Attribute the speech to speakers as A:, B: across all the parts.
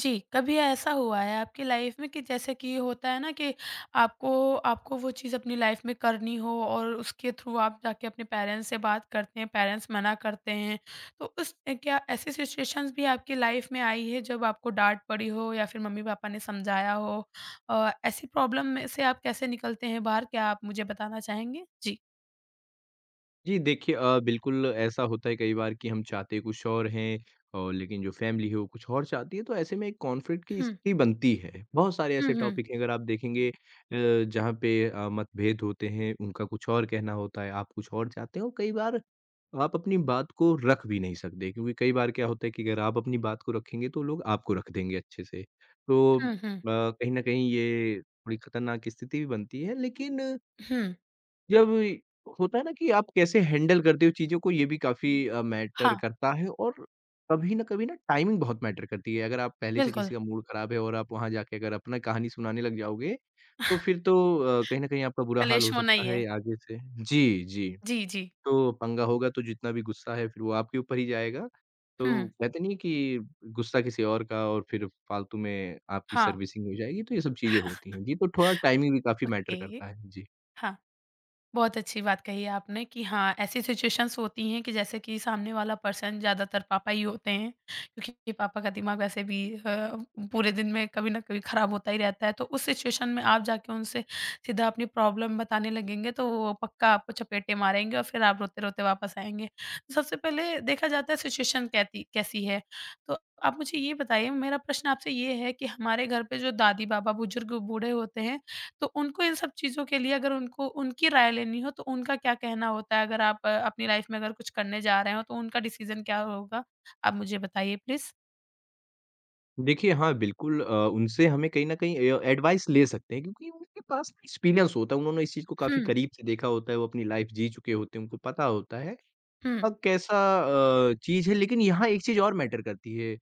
A: जी, कभी ऐसा हुआ है आपकी लाइफ में कि जैसे कि होता है ना कि आपको आपको वो चीज़ अपनी लाइफ में करनी हो और उसके थ्रू आप जाके अपने पेरेंट्स से बात करते हैं, पेरेंट्स मना करते हैं। तो उस क्या ऐसी सिचुएशंस भी आपकी लाइफ में आई है जब आपको डाँट पड़ी हो या फिर मम्मी-पापा ने समझाया हो? ऐसी प्रॉब्लम में से आप कैसे निकलते हैं बाहर? क्या आप मुझे बताना चाहेंगे? जी।
B: जी देखिए बिल्कुल ऐसा होता है कई बार कि हम चाहते कुछ और हैं और लेकिन जो फैमिली है वो कुछ और चाहती है तो ऐसे में एक कॉन्फ्लिक्ट की
A: हुँ,
B: स्थिति बनती है। बहुत सारे
A: हुँ,
B: ऐसे
A: हुँ,
B: टॉपिक हैं अगर आप देखेंगे जहाँ पे मतभेद होते हैं उनका कुछ और कहना होता है आप कुछ और चाहते हैं और कई बार आप अपनी बात को रख भी नहीं सकते क्योंकि कई बार क्या होता है कि अगर आप अपनी बात को रखेंगे तो लोग आपको रख देंगे अच्छे से। तो
A: हुँ, हुँ,
B: कहीं न कहीं ये थोड़ी खतरनाक स्थिति भी बनती है लेकिन
A: हुँ।
B: जब होता है ना कि आप कैसे हैंडल करते हो चीज़ों को, ये भी काफ़ी मैटर
A: हाँ,
B: करता है और कभी ना कभी ना टाइमिंग बहुत मैटर करती है। अगर आप पहले से
A: बिल्कुल।
B: किसी का मूड खराब है और आप वहाँ जाके अगर अपना कहानी सुनाने लग जाओगे, तो फिर तो कहीं न कहीं आपका बुरा हाल हो
A: कलेश होना ही
B: सकता
A: है।
B: है आगे से। जी, जी।
A: जी, जी।
B: तो पंगा होगा तो जितना भी गुस्सा है फिर वो आपके ऊपर ही जाएगा। तो
A: हुँ,
B: कहते नहीं है कि गुस्सा किसी और का और फिर फालतू में आपकी
A: हाँ,
B: सर्विसिंग हो जाएगी, तो ये सब चीज़ें होती हैं। जी, तो थोड़ा टाइमिंग भी काफ़ी मैटर
A: ओके।
B: करता है। जी।
A: हाँ, बहुत अच्छी बात कही आपने कि हाँ, ऐसी सिचुएशंस होती हैं कि जैसे कि सामने वाला पर्सन ज़्यादातर पापा ही होते हैं, क्योंकि पापा का दिमाग वैसे भी पूरे दिन में कभी न कभी खराब होता ही रहता है। तो उस सिचुएशन में आप जाके उनसे सीधा अपनी प्रॉब्लम बताने लगेंगे, तो वो पक्का आपको चपेटे मारेंगे और फिर आप रोते-रोते वापस आएँगे। सबसे पहले देखा जाता है सिचुएशन कैसी कैसी है। तो आप मुझे ये बताइए, मेरा प्रश्न आपसे ये है कि हमारे घर पे जो दादी-बाबा, बुजुर्ग, बूढ़े होते हैं, तो उनको इन सब चीज़ों के लिए अगर उनको उनकी राय लेनी हो तो उनका क्या कहना होता है? अगर आप अपनी लाइफ़ में अगर कुछ करने जा रहे हो तो उनका डिसीज़न क्या होगा? आप मुझे बताइए प्लीज़?
B: देखिए, हाँ, बिल्कुल उनसे हमें कहीं न कहीं एडवाइस ले सकते हैं क्योंकि उनके पास एक्सपीरियंस होता है, उन्होंने इस चीज़ को काफ़ी
A: हुँ,
B: करीब से देखा होता है, वो अपनी लाइफ़ जी चुके होते हैं, उनको पता होता है,
A: हुँ,
B: अब कैसा चीज़ है लेकिन यहाँ एक चीज़ और मैटर करती है अ,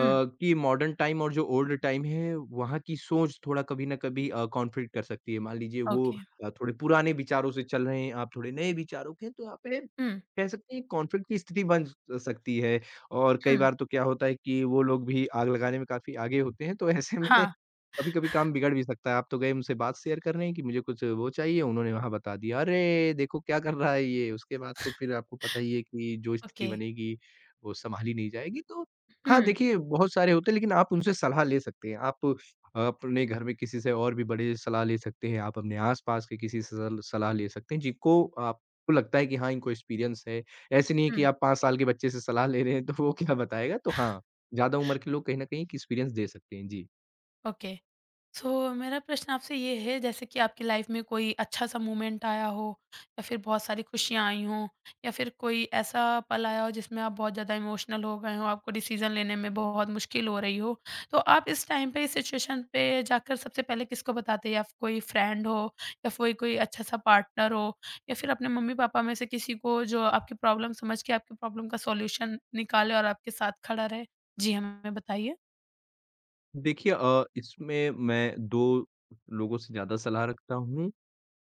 A: हुँ,
B: मॉडर्न टाइम और जो ओल्ड टाइम है, वहाँ की सोच थोड़ा कभी न कभी कॉन्फ्लिक्ट कर सकती है। मान लीजिए वो
A: ओके।
B: थोड़े पुराने विचारों से चल रहे हैं, आप थोड़े नए विचारों के हैं, तो यहाँ पे
A: हुँ,
B: कह सकते हैं कॉन्फ्लिक्ट की स्थिति बन स सकती है। और कई
A: हुँ,
B: बार तो क्या होता है कि वो लोग भी आग लगाने में काफ़ी आगे होते हैं, तो ऐसे में
A: हाँ,
B: कभी-कभी काम बिगड़ भी सकता है। आप तो गए उनसे बात शेयर करने कि मुझे कुछ वो चाहिए, उन्होंने वहाँ बता दिया, "अरे! देखो क्या कर रहा है ये।" उसके बाद तो फिर आपको पता ही है कि जो स्थिति
A: ओके।
B: बनेगी, वो सँभाली नहीं जाएगी। तो हाँ,
A: हुँ,
B: देखिए बहुत सारे होते हैं लेकिन आप उनसे सलाह ले सकते हैं। आप अपने घर में किसी से और भी बड़े सलाह ले सकते हैं, आप अपने आस-पास के किसी से सल सलाह ले सकते हैं जिनको आपको लगता है कि हाँ, इनको एक्सपीरियंस है। ऐसे नहीं है कि
A: हुँ,
B: आप 5 साल के बच्चे से सलाह ले रहे हैं तो वो क्या बताएगा? तो हाँ, ज़्यादा उम्र के लोग कहीं न कहीं एक एक्सपीरियंस दे सकते हैं। जी।
A: ओके। सो, मेरा प्रश्न आपसे ये है जैसे कि आपकी लाइफ में कोई अच्छा सा मोमेंट आया हो या फिर बहुत सारी खुशियाँ आई हों या फिर कोई ऐसा पल आया हो जिसमें आप बहुत ज़्यादा इमोशनल हो गए हो आपको डिसीजन लेने में बहुत मुश्किल हो रही हो तो आप इस टाइम पे इस सिचुएशन पे जाकर सबसे पहले किसको बताते हैं या फिर कोई फ्रेंड हो या कोई कोई अच्छा सा पार्टनर हो या फिर अपने मम्मी पापा में से किसी को जो आपकी प्रॉब्लम समझ के आपकी प्रॉब्लम का सॉल्यूशन निकाले और आपके साथ खड़ा रहे जी हाँ, हमें बताइए
B: देखिए इसमें मैं 2 लोगों से ज़्यादा सलाह रखता हूँ।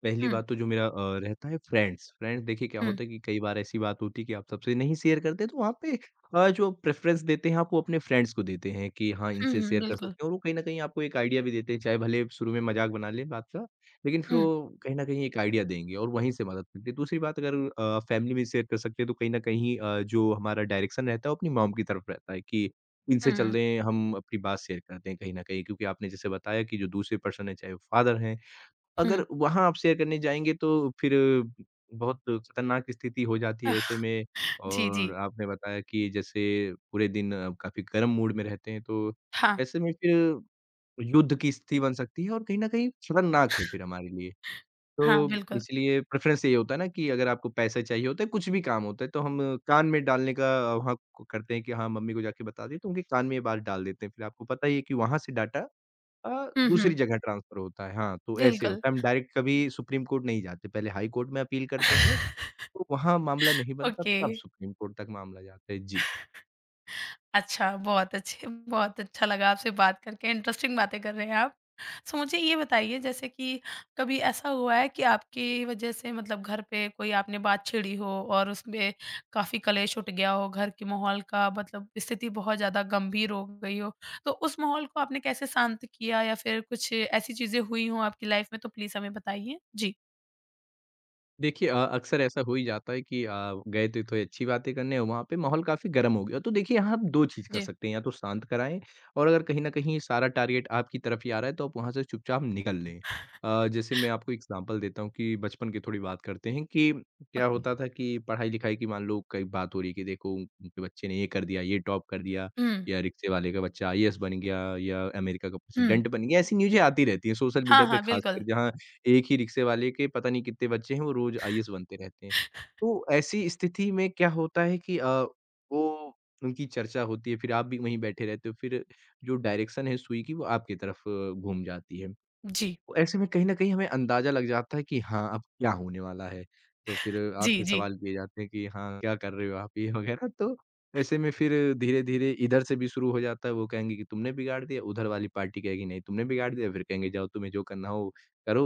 B: पहली
A: हम्म
B: बात तो जो मेरा रहता है फ्रेंड्स, देखिए क्या
A: हम्म
B: होता है कि कई बार ऐसी बात होती है कि आप सबसे नहीं शेयर करते तो वहाँ पे जो प्रेफ़रेंस देते हैं आप वो अपने फ्रेंड्स को देते हैं कि हाँ, इनसे शेयर कर सकते
A: बिल्कुल
B: हैं और वो कहीं न कहीं आपको एक आइडिया भी देते हैं, चाहे भले शुरू में मज़ाक बना लें बात का, लेकिन फिर
A: हम्म
B: वो कहीं न कहीं एक आइडिया देंगे और वहीं से मदद मिलती है। दूसरी बात अगर फैमिली में शेयर कर सकते हैं तो कहीं न कहीं जो हमारा डायरेक्शन रहता है वो अपनी मॉम की तरफ रहता है कि इनसे चल
A: हम्म
B: रहे हैं हम अपनी बात शेयर करते हैं कहीं न कहीं क्योंकि आपने जैसे बताया कि जो दूसरे पर्सन है चाहे वो फादर हैं
A: हुँ।
B: अगर वहाँ आप शेयर करने जाएँगे तो फिर बहुत खतरनाक स्थिति हो जाती है ऐसे में
A: जी, जी।
B: और आपने बताया कि जैसे पूरे दिन आप काफ़ी गर्म मूड में रहते हैं, तो
A: हाँ,
B: ऐसे में फिर युद्ध की स्थिति बन सकती है और कहीं न कहीं खतरनाक है फिर हमारे लिए। तो
A: हाँ, बिल्कुल।
B: इसलिए प्रेफ़रेंस यही होता है ना कि अगर आपको पैसे चाहिए होते हैं, कुछ भी काम होता है, तो हम कान में डालने का वहाँ को करते हैं कि हाँ, मम्मी को जाके बता दें, तो उनके कान में ये बात डाल देते हैं। फिर आपको पता ही है कि वहाँ से डाँटा अ,
A: हुँ,
B: दूसरी
A: हुँ,
B: जगह ट्रांसफ़र होता है, हाँ, तो ऐसे
A: बिल्कुल।
B: होता है, हम डायरेक्ट कभी सुप्रीम कोर्ट नहीं जाते, पहले हाई कोर्ट में अपील करते हैं, तो वहाँ मामला नहीं बनता,
A: ओके,
B: तब सुप्रीम कोर्ट तक मामला जाता है। जी।
A: अच्छा, बहुत अच्छा लगा आपसे बात करके, इंटरेस्टिंग बातें कर रहे हैं आप। सो मुझे ये बताइए जैसे कि कभी ऐसा हुआ है कि आपकी वजह से मतलब घर पे कोई आपने बात छेड़ी हो और उसमें काफ़ी कलेश उठ गया हो, घर के माहौल का मतलब स्थिति बहुत ज़्यादा गंभीर हो गई हो, तो उस माहौल को आपने कैसे शांत किया या फिर कुछ ऐसी चीज़ें हुई हों आपकी लाइफ़ में तो प्लीज़ हमें बताइए? जी,
B: देखिए अक्सर ऐसा हो ही जाता है कि गए थे तो अच्छी बातें करने और वहाँ पे माहौल काफ़ी गर्म हो गया। तो देखिए यहाँ आप 2 चीज़ कर
A: जी,
B: सकते हैं, या तो शांत कराएँ और अगर कहीं न कहीं सारा टारगेट आपकी तरफ ही आ रहा है तो आप वहाँ से चुपचाप निकल लें। जैसे मैं आपको एग्ज़ाम्पल देता हूँ कि बचपन की थोड़ी बात करते हैं कि क्या
A: ओके।
B: होता था कि पढ़ाई-लिखाई की मान लो कई बात हो रही है कि देखो उनके बच्चे ने ये कर दिया, ये टॉप कर दिया
A: हुँ,
B: या रिक्शे वाले का बच्चा आईएएस बन गया या अमेरिका का
A: हुँ।
B: प्रेसिडेंट बन गया। ऐसी न्यूज़ें आती रहती हैं सोशल मीडिया
A: हाँ,
B: पे
A: हाँ, बिल्कुल।
B: ख़ासकर जहाँ एक ही रिक्शे वाले के पता नहीं कितने बच्चे हैं, वो रोज़ आईएएस बनते रहते हैं। तो ऐसी स्थिति में क्या होता है कि वो उनकी चर्चा होती है, फिर आप भी वहीं बैठे रहते हो, फिर जो डायरेक्शन है सुई की, वो आपकी तरफ घूम जाती है।
A: जी,
B: तो ऐसे में कहीं न कहीं हमें अंदाज़ा लग जाता है कि हाँ, अब क्या होने वाला है। तो फिर
A: जी,
B: आपसे
A: जी।
B: सवाल किए जाते हैं कि हाँ, क्या कर रहे हो आप ये वग़ैरह तो ऐसे में फिर धीरे-धीरे इधर से भी शुरू हो जाता है, वो कहेंगे कि तुमने बिगाड़ दिया, उधर वाली पार्टी कहेगी नहीं तुमने बिगाड़ दिया, फिर कहेंगे जाओ तुम्हें जो करना हो करो,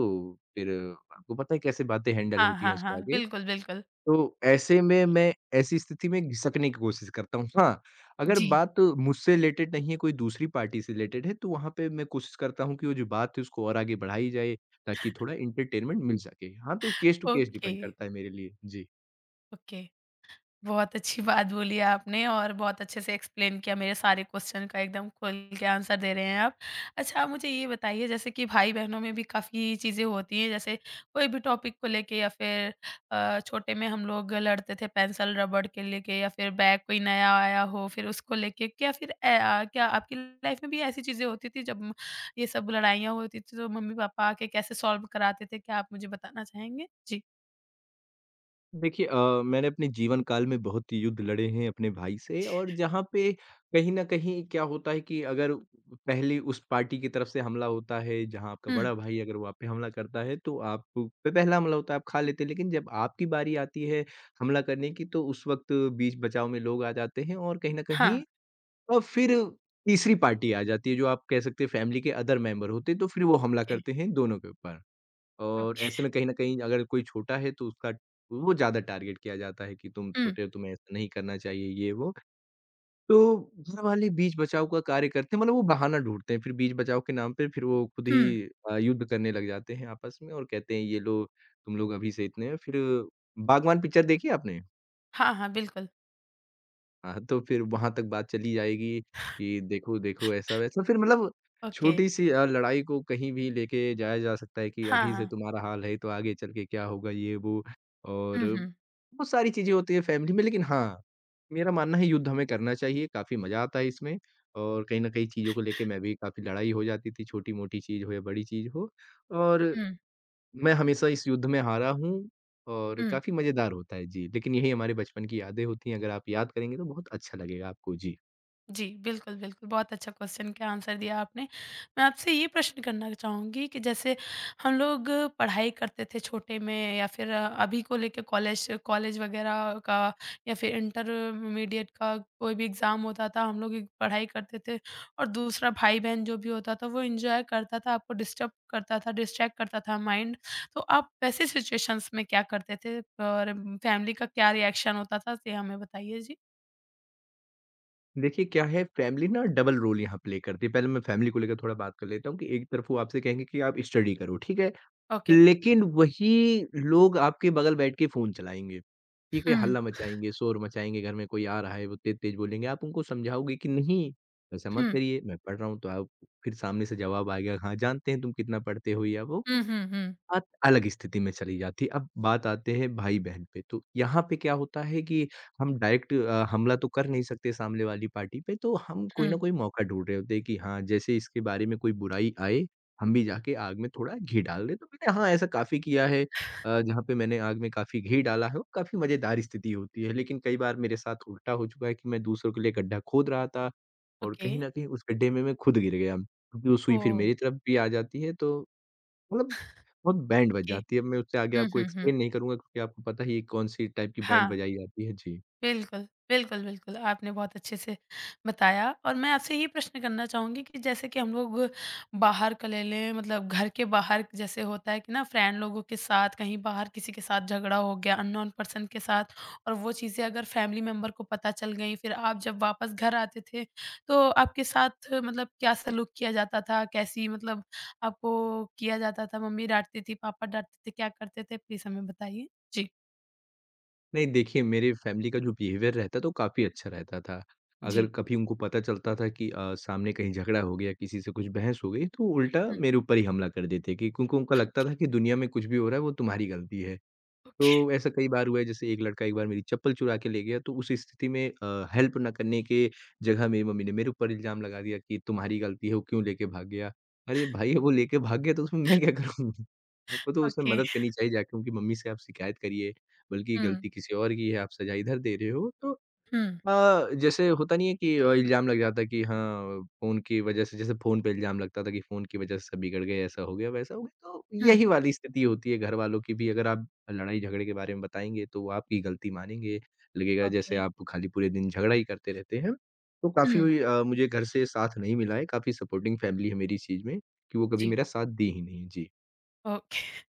B: फिर आपको पता है कैसे बातें हैंडल
A: हाँ,
B: होती हैं
A: हाँ,
B: उसके
A: हाँ,
B: आगे।
A: बिल्कुल, बिल्कुल।
B: तो ऐसे में मैं ऐसी स्थिति में घिसकने की कोशिश करता हूँ। हाँ, अगर
A: जी,
B: बात मुझसे रिलेटेड नहीं है, कोई दूसरी पार्टी से रिलेटेड है, तो वहाँ पे मैं कोशिश करता हूँ कि वो जो बात है उसको और आगे बढ़ाई जाए, ताकि थोड़ा एंटरटेनमेंट मिल सके। हाँ, तो case to case
A: okay,
B: depend करता है मेरे लिए। जी।
A: ओके। बहुत अच्छी बात बोली आपने और बहुत अच्छे से एक्सप्लेन किया मेरे सारे क्वेश्चन का एकदम खुल के आंसर दे रहे हैं आप। अच्छा, आप मुझे ये बताइए जैसे कि भाई-बहनों में भी काफ़ी चीज़ें होती हैं जैसे कोई भी टॉपिक को लेके या फिर छोटे में हम लोग लड़ते थे पेंसिल रबड़ के लेके या फिर बैग कोई नया आया हो फिर उसको लेके क्या फिर क्या आपकी लाइफ में भी ऐसी चीज़ें होती थी ये सब लड़ाइयाँ होती थी तो मम्मी-पापा आके कैसे सॉल्व कराते थे? क्या आप मुझे बताना चाहेंगे? जी।
B: देखिए मैंने अपने जीवन काल में बहुत युद्ध लड़े हैं अपने भाई से और जहाँ पे कहीं न कहीं क्या होता है कि अगर पहले उस पार्टी की तरफ से हमला होता है, जहाँ आपका
A: हुँ,
B: बड़ा भाई अगर वो आप पे हमला करता है तो आप पे पहला हमला होता है, आप खा लेते हैं। लेकिन जब आपकी बारी आती है हमला करने की तो उस वक़्त बीच बचाव में लोग आ जाते हैं और कहीं न
A: हाँ,
B: कहीं फिर तीसरी पार्टी आ जाती है जो आप कह सकते हैं फैमिली के अदर मेंबर होते हैं, तो फिर वो हमला
A: ओके,
B: करते हैं दोनों के ऊपर। और
A: ओके।
B: ऐसे में कहीं न कहीं अगर कोई छोटा है तो उसका वो ज़्यादा टारगेट किया जाता है कि तुम
A: हुँ,
B: छोटे हो, तुम्हें ऐसा नहीं करना चाहिए ये वो। तो घरवाले बीच बचाव का कार्य करते हैं मतलब वो बहाना ढूँढते हैं, फिर बीच बचाव के नाम पे फिर वो खुद
A: हुँ।
B: ही युद्ध करने लग जाते हैं आपस में और कहते हैं ये लो तुम लोग अभी से इतने हो फिर बागवान पिक्चर देखी है आपने?
A: हाँ, हाँ, बिल्कुल,
B: हाँ, तो फिर वहाँ तक बात चली जाएगी कि देखो, देखो ऐसा-वैसा फिर मतलब
A: ओके,
B: छोटी-सी लड़ाई को कहीं भी लेके जाया जा सकता है कि
A: हाँ,
B: अभी से
A: हाँ।
B: तुम्हारा हाल है तो आगे चल के क्या होगा ये वो और
A: हुँ, हुँ,
B: बहुत सारी चीज़ें होती हैं फैमिली में लेकिन हाँ, मेरा मानना है युद्ध हमें करना चाहिए, काफ़ी मज़ा आता है इसमें और कहीं न कहीं चीज़ों को लेके मैं भी काफ़ी लड़ाई हो जाती थी, छोटी-मोटी चीज़ हो या बड़ी चीज़ हो और
A: हुँ,
B: मैं हमेशा इस युद्ध में हारा हूँ और
A: हुँ।
B: काफ़ी मज़ेदार होता है, जी। लेकिन यही हमारे बचपन की यादें होती हैं, अगर आप याद करेंगे तो बहुत अच्छा लगेगा आपको। जी।
A: जी, बिल्कुल, बिल्कुल। बहुत अच्छा क्वेश्चन का आंसर दिया आपने। मैं आपसे ये प्रश्न करना चाहूँगी कि जैसे हम लोग पढ़ाई करते थे छोटे में या फिर अभी को लेके कॉलेज कॉलेज वगैरह का या फिर इंटरमीडिएट का कोई भी एग्ज़ाम होता था, हम लोग एक पढ़ाई करते थे और दूसरा भाई-बहन जो भी होता था, वो एन्जॉय करता था, आपको डिस्टर्ब करता था, डिस्ट्रैक्ट करता था माइंड। तो आप वैसे सिचुएशंस में क्या करते थे और फैमिली का क्या रिएक्शन होता था? ये हमें बताइए। जी।
B: देखिए क्या है फैमिली ना डबल रोल यहाँ प्ले करती है। पहले मैं फैमिली को लेकर थोड़ा बात कर लेता हूँ कि एक तरफ वो आपसे कहेंगे कि आप स्टडी करो, ठीक है?
A: ओके।
B: लेकिन वही लोग आपके बगल बैठ के फ़ोन चलाएँगे, ठीक है?
A: हुँ,
B: हल्ला मचाएँगे, शोर मचाएँगे, घर में कोई आ रहा है, वो तेज़-तेज़ बोलेंगे। आप उनको समझाओगे कि नहीं, ऐसा मत
A: हुँ।
B: करिए, मैं पढ़ रहा हूँ। तो आप फिर सामने से जवाब आएगा, हाँ जानते हैं तुम कितना पढ़ते हो या वो।
A: हुँ, हुँ, हुँ।
B: बात अलग स्थिति में चली जाती है। अब बात आते हैं भाई-बहन पे, तो यहाँ पे क्या होता है कि हम डायरेक्ट हमला तो कर नहीं सकते सामने वाली पार्टी पे, तो हम कोई ना
A: हुँ,
B: कोई मौका ढूँढ रहे होते हैं कि हाँ, जैसे इसके बारे में कोई बुराई आए, हम भी जाके आग में थोड़ा घी डाल दें। तो मैंने हाँ, ऐसा काफ़ी किया है जहाँ पे मैंने आग में काफ़ी घी डाला है और काफ़ी मज़ेदार स्थिति होती है। लेकिन कई बार मेरे साथ उल्टा हो चुका है कि मैं दूसरों के लिए गड्ढा खोद रहा था और
A: ओके।
B: कहीं न कहीं उस गड्ढे में मैं खुद गिर गया, क्योंकि वो सुई फिर
A: ओह!
B: मेरी तरफ भी आ जाती है तो मतलब बहुत बैंड बज
A: ओके।
B: जाती है। अब मैं उससे आगे
A: हुँ,
B: आपको
A: हुँ, हुँ।
B: एक्सप्लेन नहीं करूँगा क्योंकि आपको पता ही है कौन-सी टाइप की बैंड
A: हाँ।
B: बजाई जाती है। जी।
A: बिल्कुल, बिल्कुल, बिल्कुल। आपने बहुत अच्छे से बताया और मैं आपसे ये प्रश्न करना चाहूँगी कि जैसे कि हम लोग बाहर का ले लें मतलब घर के बाहर जैसे होता है कि ना फ्रेंड लोगों के साथ कहीं बाहर किसी के साथ झगड़ा हो गया अननोन पर्सन के साथ और वो चीज़ें अगर फैमिली मेंबर को पता चल गई फिर आप जब वापस घर आते थे तो आपके साथ मतलब क्या सलूक किया जाता था? कैसी मतलब आपको किया जाता था? मम्मी डाँटती थी, पापा डाँटते थे, क्या करते थे? प्लीज़ हमें बताइए? जी,
B: नहीं देखिए, मेरे फैमिली का जो बिहेवियर रहता था वो काफ़ी अच्छा रहता था। अगर
A: जी।
B: कभी उनको पता चलता था कि सामने कहीं झगड़ा हो गया, किसी से कुछ बहस हो गई तो उल्टा
A: हुँ।
B: मेरे ऊपर ही हमला कर देते कि क्योंकि उनको लगता
A: ओके,
B: था कि दुनिया में कुछ भी हो रहा है वो तुम्हारी गलती है।
A: ओके,
B: तो ऐसा कई बार हुआ है जैसे एक लड़का एक बार मेरी चप्पल चुरा के ले गया तो उस स्थिति में हेल्प ना करने के जगह मेरी मम्मी ने मेरे ऊपर इल्ज़ाम लगा दिया कि तुम्हारी गलती है वो क्यों लेके भाग गया। अरे भाई वो लेके भाग गया तो उसमें मैं क्या करूँगा? आपको तो उसमें
A: ओके।
B: मदद करनी चाहिए जाके उनकी मम्मी से आप शिकायत करिए, बल्कि
A: हुँ,
B: गलती किसी और की है, आप सज़ा इधर दे रहे हो तो
A: हुँ,
B: जैसे होता नहीं है कि इल्ज़ाम लग जाता है कि हाँ, फ़ोन की वज़ह से जैसे फ़ोन पे इल्ज़ाम लगता था कि फ़ोन की वज़ह से सब बिगड़ गए, ऐसा हो गया, वैसा हो गया, तो
A: हुँ,
B: यही वाली स्थिति होती है घरवालों की भी। अगर आप लड़ाई झगड़े के बारे में बताएँगे, तो वो आपकी गलती मानेंगे, लगेगा जैसे
A: ओके,
B: आप खाली पूरे दिन झगड़ा ही करते रहते हैं। तो काफ़ी
A: हुँ,
B: मुझे घर से साथ नहीं मिला है, काफ़ी सपोर्टिंग फ़ैमिली है मेरी इस चीज़ में, कि वो कभी
A: जी,
B: मेरा साथ दी ही नहीं। जी।
A: ओके।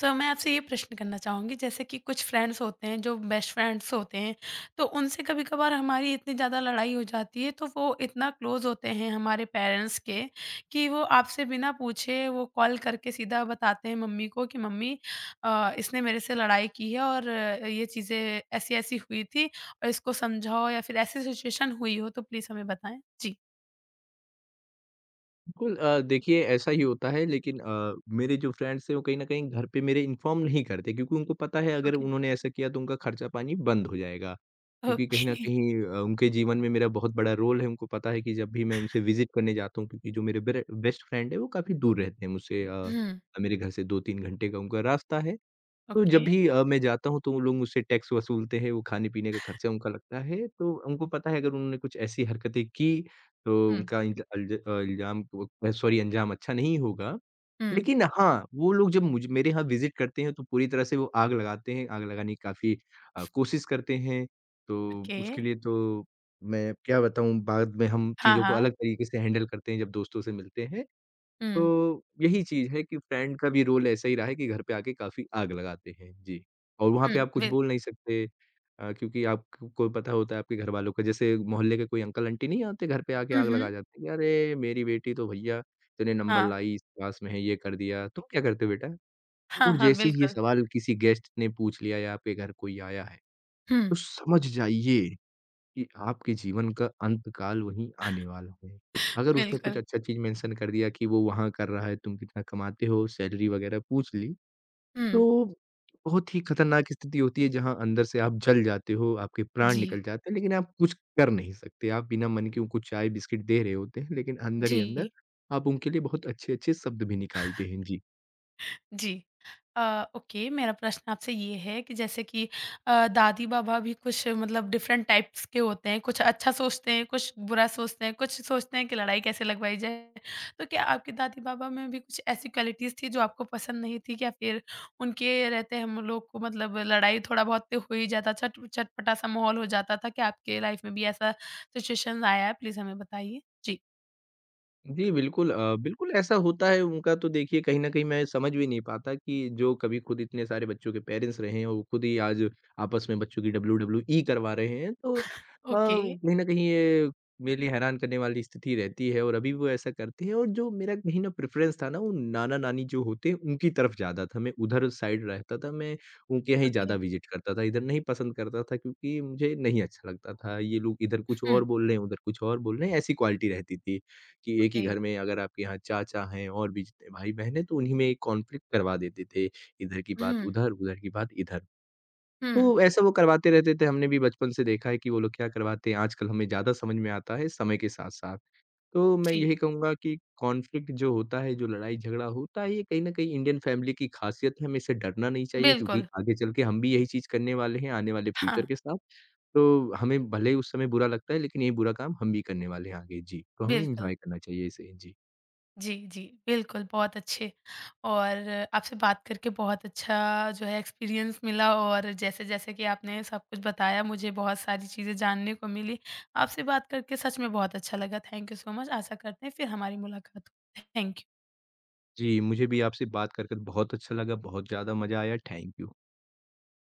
A: तो मैं आपसे ये प्रश्न करना चाहूँगी जैसे कि कुछ फ्रेंड्स होते हैं जो बेस्ट फ्रेंड्स होते हैं, तो उनसे कभी-कभार हमारी इतनी ज़्यादा लड़ाई हो जाती है तो वो इतना क्लोज़ होते हैं हमारे पेरेंट्स के, कि वो आपसे बिना पूछे वो कॉल करके सीधा बताते हैं मम्मी को कि मम्मी इसने मेरे से लड़ाई की है और ये चीज़ें ऐसी-ऐसी हुई थी और इसको समझाओ या फिर ऐसी सिचुएशन हुई हो तो प्लीज़ हमें बताएँ? जी,
B: बिल्कुल देखिए ऐसा ही होता है लेकिन मेरे जो फ्रेंड्स हैं वो कहीं न कहीं घर पे मेरे इन्फॉर्म नहीं करते क्योंकि उनको पता है अगर
A: ओके,
B: उन्होंने ऐसा किया तो उनका खर्चा-पानी बंद हो जाएगा। क्योंकि कहीं न
A: ओके,
B: कहीं उनके जीवन में मेरा बहुत बड़ा रोल है, उनको पता है कि जब भी मैं उनसे विज़िट करने जाता हूँ क्योंकि जो मेरे बेरे बेस्ट फ्रेंड है वो काफ़ी दूर रहते हैं मुझसे
A: हुँ,
B: मेरे घर से 2-3 घंटे का उनका रास्ता है। तो जब
A: ओके।
B: भी मैं जाता हूँ तो वो लोग मुझसे टैक्स वसूलते हैं, वो खाने-पीने का खर्चा उनका लगता है। तो उनको पता है अगर उन्होंने कुछ ऐसी हरकतें की तो
A: हुँ,
B: उनका इंज अल्ज अ, इल्ज़ाम वो अ, सॉरी अंजाम अच्छा नहीं होगा।
A: हुँ।
B: लेकिन हाँ, वो लोग जब मुझ मेरे यहाँ विज़िट करते हैं तो पूरी तरह से वो आग लगाते हैं, आग लगाने की काफ़ी कोशिश करते हैं। तो
A: ओके।
B: उसके लिए तो मैं क्या बताऊँ बाद में हम
A: हाँ,
B: चीज़ों को
A: हाँ।
B: अलग तरीके से हैंडल करते हैं जब दोस्तों से मिलते हैं।
A: हुँ,
B: तो यही चीज़ है कि फ्रेंड का भी रोल ऐसा ही रहा है कि घर पे आके काफ़ी आग लगाते हैं। जी, और वहाँ
A: हुँ,
B: पे आप कुछ
A: बिल
B: बोल नहीं सकते क्योंकि आपको पता होता है आपके घरवालों का जैसे मोहल्ले के कोई अंकल-आंटी नहीं आते घर पे आके
A: हुँ,
B: आग
A: हुँ।
B: लगा जाते हैं कि अरे! मेरी बेटी तो भैया इतने नंबर
A: हाँ।
B: लाई, इस क्लास में है, ये कर दिया, तुम क्या करते हो बेटा?
A: हाँ,
B: और
A: हाँ,
B: जैसे ही ये
A: बिल्कुल।
B: सवाल किसी गेस्ट ने पूछ लिया या आपके घर कोई आया है,
A: हुँ।
B: तो समझ जाइए कि आपके जीवन का अंतकाल वहीं आने वाला है। अगर उसने कुछ
A: बिल्कुल।
B: अच्छा चीज़ मेंशन कर दिया कि वो वहाँ कर रहा है, तुम कितना कमाते हो, सैलरी वगैरह पूछ ली,
A: हुँ।
B: तो बहुत ही खतरनाक स्थिति होती है जहाँ अंदर से आप जल जाते हो, आपके प्राण
A: जी।
B: निकल जाते हैं, लेकिन आप कुछ कर नहीं सकते। आप बिना मन के उनको चाय बिस्किट दे रहे होते हैं, लेकिन अंदर ही
A: जी।
B: अंदर आप उनके लिए बहुत अच्छे-अच्छे शब्द भी निकालते हैं। जी।
A: जी। ओके मेरा प्रश्न आपसे ये है कि जैसे कि दादी बाबा भी कुछ मतलब डिफरेंट टाइप्स के होते हैं, कुछ अच्छा सोचते हैं, कुछ बुरा सोचते हैं, कुछ सोचते हैं कि लड़ाई कैसे लगवाई जाए। तो क्या आपके दादी बाबा में भी कुछ ऐसी क्वालिटीज़ थी जो आपको पसंद नहीं थी? या फिर उनके रहते हम लोग को मतलब लड़ाई थोड़ा बहुत तो हो ही जाता चट चटपटा सा माहौल हो जाता था? क्या आपके लाइफ में भी ऐसा सिचुएशन आया है? प्लीज़ हमें बताइए। जी।
B: जी, बिल्कुल बिल्कुल ऐसा होता है उनका तो देखिए कहीं न कहीं मैं समझ भी नहीं पाता कि जो कभी खुद इतने सारे बच्चों के पेरेंट्स रहे हैं, वो खुद ही आज आपस में बच्चों की डब्ल्यूडब्ल्यूई करवा रहे हैं। तो
A: ओके,
B: कहीं न कहीं ये मेरे लिए हैरान करने वाली स्थिति रहती है और अभी वो ऐसा करते हैं और जो मेरा कहीं न प्रेफ़रेंस था ना, वो नाना-नानी जो होते हैं उनकी तरफ ज़्यादा था, मैं उधर साइड रहता था, मैं उनके यहाँ ही
A: ओके।
B: ज़्यादा विज़िट करता था, इधर नहीं पसंद करता था क्योंकि मुझे नहीं अच्छा लगता था। ये लोग इधर कुछ
A: हुँ,
B: और बोल रहे हैं, उधर कुछ और बोल रहे हैं, ऐसी क्वालिटी रहती थी। कि एक ही
A: ओके।
B: घर में अगर आपके यहाँ चाचा हैं और भी जितने भाई-बहन हैं, तो उन्हीं में एक कॉन्फ्लिक्ट करवा देते थे, इधर की बात
A: हुँ,
B: उधर, उधर की बात इधर।
A: हुँ।
B: तो ऐसा वो करवाते रहते थे, हमने भी बचपन से देखा है कि वो लोग क्या करवाते हैं, आजकल हमें ज़्यादा समझ में आता है समय के साथ-साथ। तो मैं
A: जी,
B: यही कहूँगा कि कॉन्फ्लिक्ट जो होता है, जो लड़ाई-झगड़ा होता है, ये कहीं न कहीं इंडियन फैमिली की खासियत है, हमें इससे डरना नहीं चाहिए क्योंकि
A: बिल्कुल।
B: आगे चल के हम भी यही चीज़ करने वाले हैं, आने वाले
A: हाँ,
B: फ्यूचर के साथ। तो हमें भले ही उस समय बुरा लगता है, लेकिन ये बुरा काम हम भी करने वाले हैं आगे। जी, तो हमें
A: बिल्कुल।
B: एन्जॉय करना चाहिए इसे। जी।
A: जी, जी, बिल्कुल, बहुत अच्छे और आपसे बात करके बहुत अच्छा जो है एक्सपीरियंस मिला और जैसे-जैसे कि आपने सब कुछ बताया मुझे बहुत सारी चीज़ें जानने को मिली। आपसे बात करके सच में बहुत अच्छा लगा। Thank you so much. आशा करते हैं फिर हमारी मुलाकात हो। Thank you.
B: जी, मुझे भी आपसे बात कर कर बहुत अच्छा लगा, बहुत ज़्यादा मज़ा आया, थैंक यू।